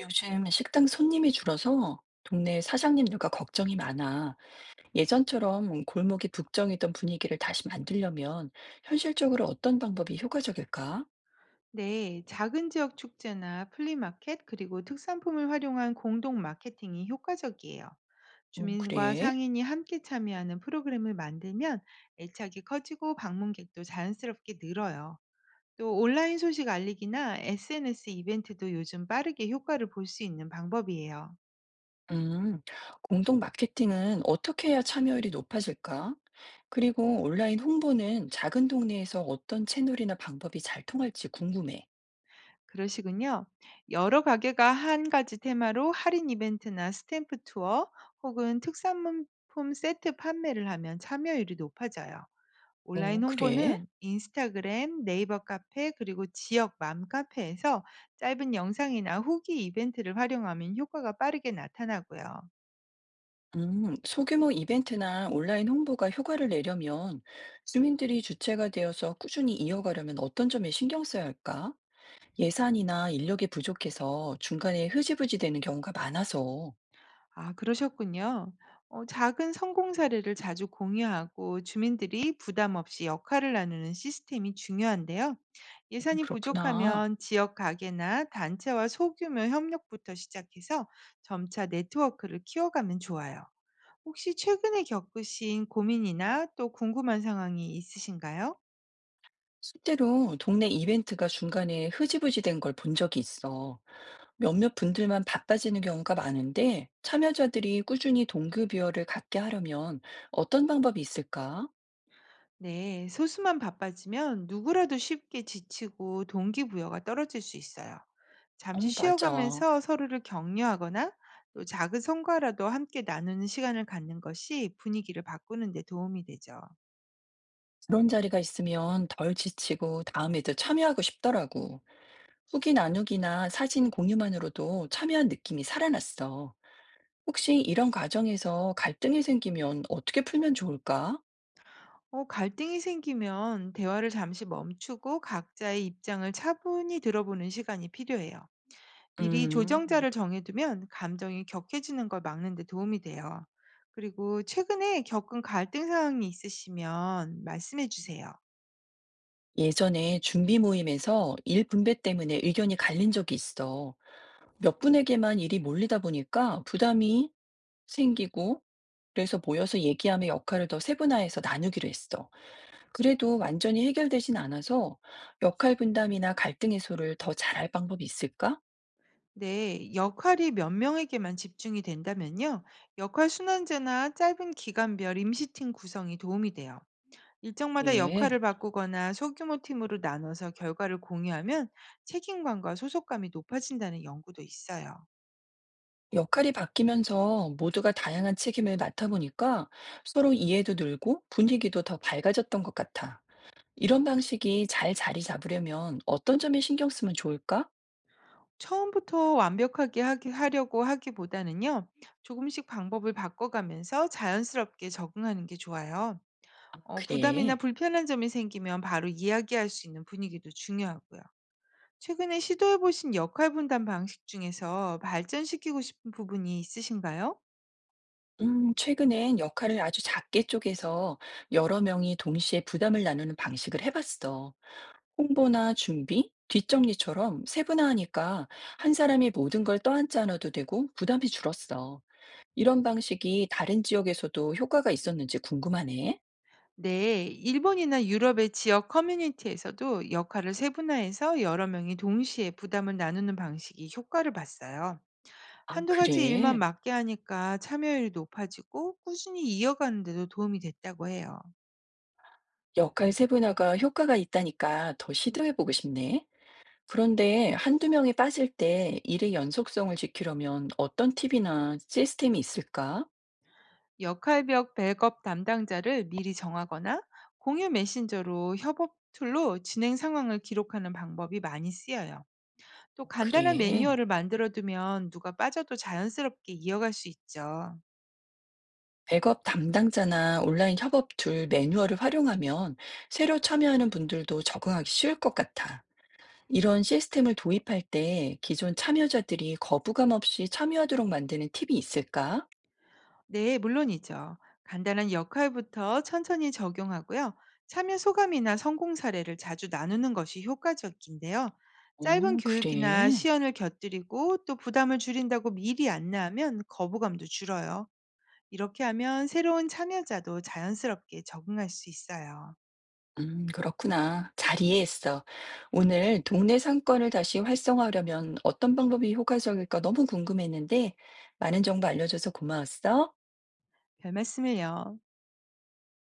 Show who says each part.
Speaker 1: 요즘 식당 손님이 줄어서 동네 사장님들과 걱정이 많아. 예전처럼 골목이 북적이던 분위기를 다시 만들려면 현실적으로 어떤 방법이 효과적일까?
Speaker 2: 네, 작은 지역 축제나 플리마켓 그리고 특산품을 활용한 공동 마케팅이 효과적이에요.
Speaker 1: 어,
Speaker 2: 주민과
Speaker 1: 그래.
Speaker 2: 상인이 함께 참여하는 프로그램을 만들면 애착이 커지고 방문객도 자연스럽게 늘어요. 또 온라인 소식 알리기나 SNS 이벤트도 요즘 빠르게 효과를 볼 수 있는 방법이에요.
Speaker 1: 음, 공동 마케팅은 어떻게 해야 참여율이 높아질까? 그리고 온라인 홍보는 작은 동네에서 어떤 채널이나 방법이 잘 통할지 궁금해.
Speaker 2: 그러시군요. 여러 가게가 한 가지 테마로 할인 이벤트나 스탬프 투어 혹은 특산품 세트 판매를 하면 참여율이 높아져요.
Speaker 1: 어,
Speaker 2: 온라인
Speaker 1: 그래?
Speaker 2: 홍보는 인스타그램, 네이버 카페, 그리고 지역 맘카페에서 짧은 영상이나 후기 이벤트를 활용하면 효과가 빠르게 나타나고요.
Speaker 1: 소규모 이벤트나 온라인 홍보가 효과를 내려면 주민들이 주체가 되어서 꾸준히 이어가려면 어떤 점에 신경 써야 할까? 예산이나 인력이 부족해서 중간에 흐지부지 되는 경우가 많아서.
Speaker 2: 아, 그러셨군요. 작은 성공 사례를 자주 공유하고 주민들이 부담 없이 역할을 나누는 시스템이 중요한데요. 예산이
Speaker 1: 그렇구나.
Speaker 2: 부족하면 지역 가게나 단체와 소규모 협력부터 시작해서 점차 네트워크를 키워가면 좋아요. 혹시 최근에 겪으신 고민이나 또 궁금한 상황이 있으신가요?
Speaker 1: 실제로 동네 이벤트가 중간에 흐지부지 된 걸 본 적이 있어. 몇몇 분들만 바빠지는 경우가 많은데 참여자들이 꾸준히 동급이어를 갖게 하려면 어떤 방법이 있을까?
Speaker 2: 네, 소수만 바빠지면 누구라도 쉽게 지치고 동기부여가 떨어질 수 있어요.
Speaker 1: 어,
Speaker 2: 잠시
Speaker 1: 맞아.
Speaker 2: 쉬어가면서 서로를 격려하거나 또 작은 성과라도 함께 나누는 시간을 갖는 것이 분위기를 바꾸는 데 도움이 되죠.
Speaker 1: 그런 자리가 있으면 덜 지치고 다음에 더 참여하고 싶더라고. 후기 나누기나 사진 공유만으로도 참여한 느낌이 살아났어. 혹시 이런 과정에서 갈등이 생기면 어떻게 풀면 좋을까?
Speaker 2: 갈등이 생기면 대화를 잠시 멈추고 각자의 입장을 차분히 들어보는 시간이 필요해요. 미리
Speaker 1: 음,
Speaker 2: 조정자를 정해두면 감정이 격해지는 걸 막는 데 도움이 돼요. 그리고 최근에 겪은 갈등 상황이 있으시면 말씀해 주세요.
Speaker 1: 예전에 준비 모임에서 일 분배 때문에 의견이 갈린 적이 있어. 몇 분에게만 일이 몰리다 보니까 부담이 생기고, 그래서 모여서 얘기하며 역할을 더 세분화해서 나누기로 했어. 그래도 완전히 해결되진 않아서 역할 분담이나 갈등 해소를 더 잘할 방법이 있을까?
Speaker 2: 네, 역할이 몇 명에게만 집중이 된다면요. 역할 순환제나 짧은 기간별 임시팀 구성이 도움이 돼요. 일정마다
Speaker 1: 네.
Speaker 2: 역할을 바꾸거나 소규모 팀으로 나눠서 결과를 공유하면 책임감과 소속감이 높아진다는 연구도 있어요.
Speaker 1: 역할이 바뀌면서 모두가 다양한 책임을 맡아보니까 서로 이해도 늘고 분위기도 더 밝아졌던 것 같아. 이런 방식이 잘 자리 잡으려면 어떤 점에 신경 쓰면 좋을까?
Speaker 2: 처음부터 완벽하게 하기 하려고 하기보다는요. 조금씩 방법을 바꿔가면서 자연스럽게 적응하는 게 좋아요.
Speaker 1: 아,
Speaker 2: 부담이나
Speaker 1: 그래.
Speaker 2: 불편한 점이 생기면 바로 이야기할 수 있는 분위기도 중요하고요. 최근에 시도해 보신 역할 분담 방식 중에서 발전시키고 싶은 부분이 있으신가요?
Speaker 1: 최근엔 역할을 아주 작게 쪼개서 여러 명이 동시에 부담을 나누는 방식을 해봤어. 홍보나 준비, 뒷정리처럼 세분화하니까 한 사람이 모든 걸 떠안지 않아도 되고 부담이 줄었어. 이런 방식이 다른 지역에서도 효과가 있었는지 궁금하네.
Speaker 2: 네, 일본이나 유럽의 지역 커뮤니티에서도 역할을 세분화해서 여러 명이 동시에 부담을 나누는 방식이 효과를 봤어요.
Speaker 1: 아,
Speaker 2: 한두 가지 일만
Speaker 1: 그래.
Speaker 2: 맡게 하니까 참여율이 높아지고 꾸준히 이어가는 데도 도움이 됐다고 해요.
Speaker 1: 역할 세분화가 효과가 있다니까 더 시도해보고 싶네. 그런데 한두 명이 빠질 때 일의 연속성을 지키려면 어떤 팁이나 시스템이 있을까?
Speaker 2: 역할별 백업 담당자를 미리 정하거나 공유 메신저로 협업 툴로 진행 상황을 기록하는 방법이 많이 쓰여요. 또 간단한
Speaker 1: 그래.
Speaker 2: 매뉴얼을 만들어 두면 누가 빠져도 자연스럽게 이어갈 수 있죠.
Speaker 1: 백업 담당자나 온라인 협업 툴 매뉴얼을 활용하면 새로 참여하는 분들도 적응하기 쉬울 것 같아. 이런 시스템을 도입할 때 기존 참여자들이 거부감 없이 참여하도록 만드는 팁이 있을까?
Speaker 2: 네, 물론이죠. 간단한 역할부터 천천히 적용하고요. 참여 소감이나 성공 사례를 자주 나누는 것이 효과적인데요. 짧은
Speaker 1: 어,
Speaker 2: 교육이나
Speaker 1: 그래.
Speaker 2: 시연을 곁들이고 또 부담을 줄인다고 미리 안내하면 거부감도 줄어요. 이렇게 하면 새로운 참여자도 자연스럽게 적응할 수 있어요.
Speaker 1: 그렇구나. 잘 이해했어. 오늘 동네 상권을 다시 활성화하려면 어떤 방법이 효과적일까 너무 궁금했는데 많은 정보 알려줘서 고마웠어.
Speaker 2: 별 말씀을요.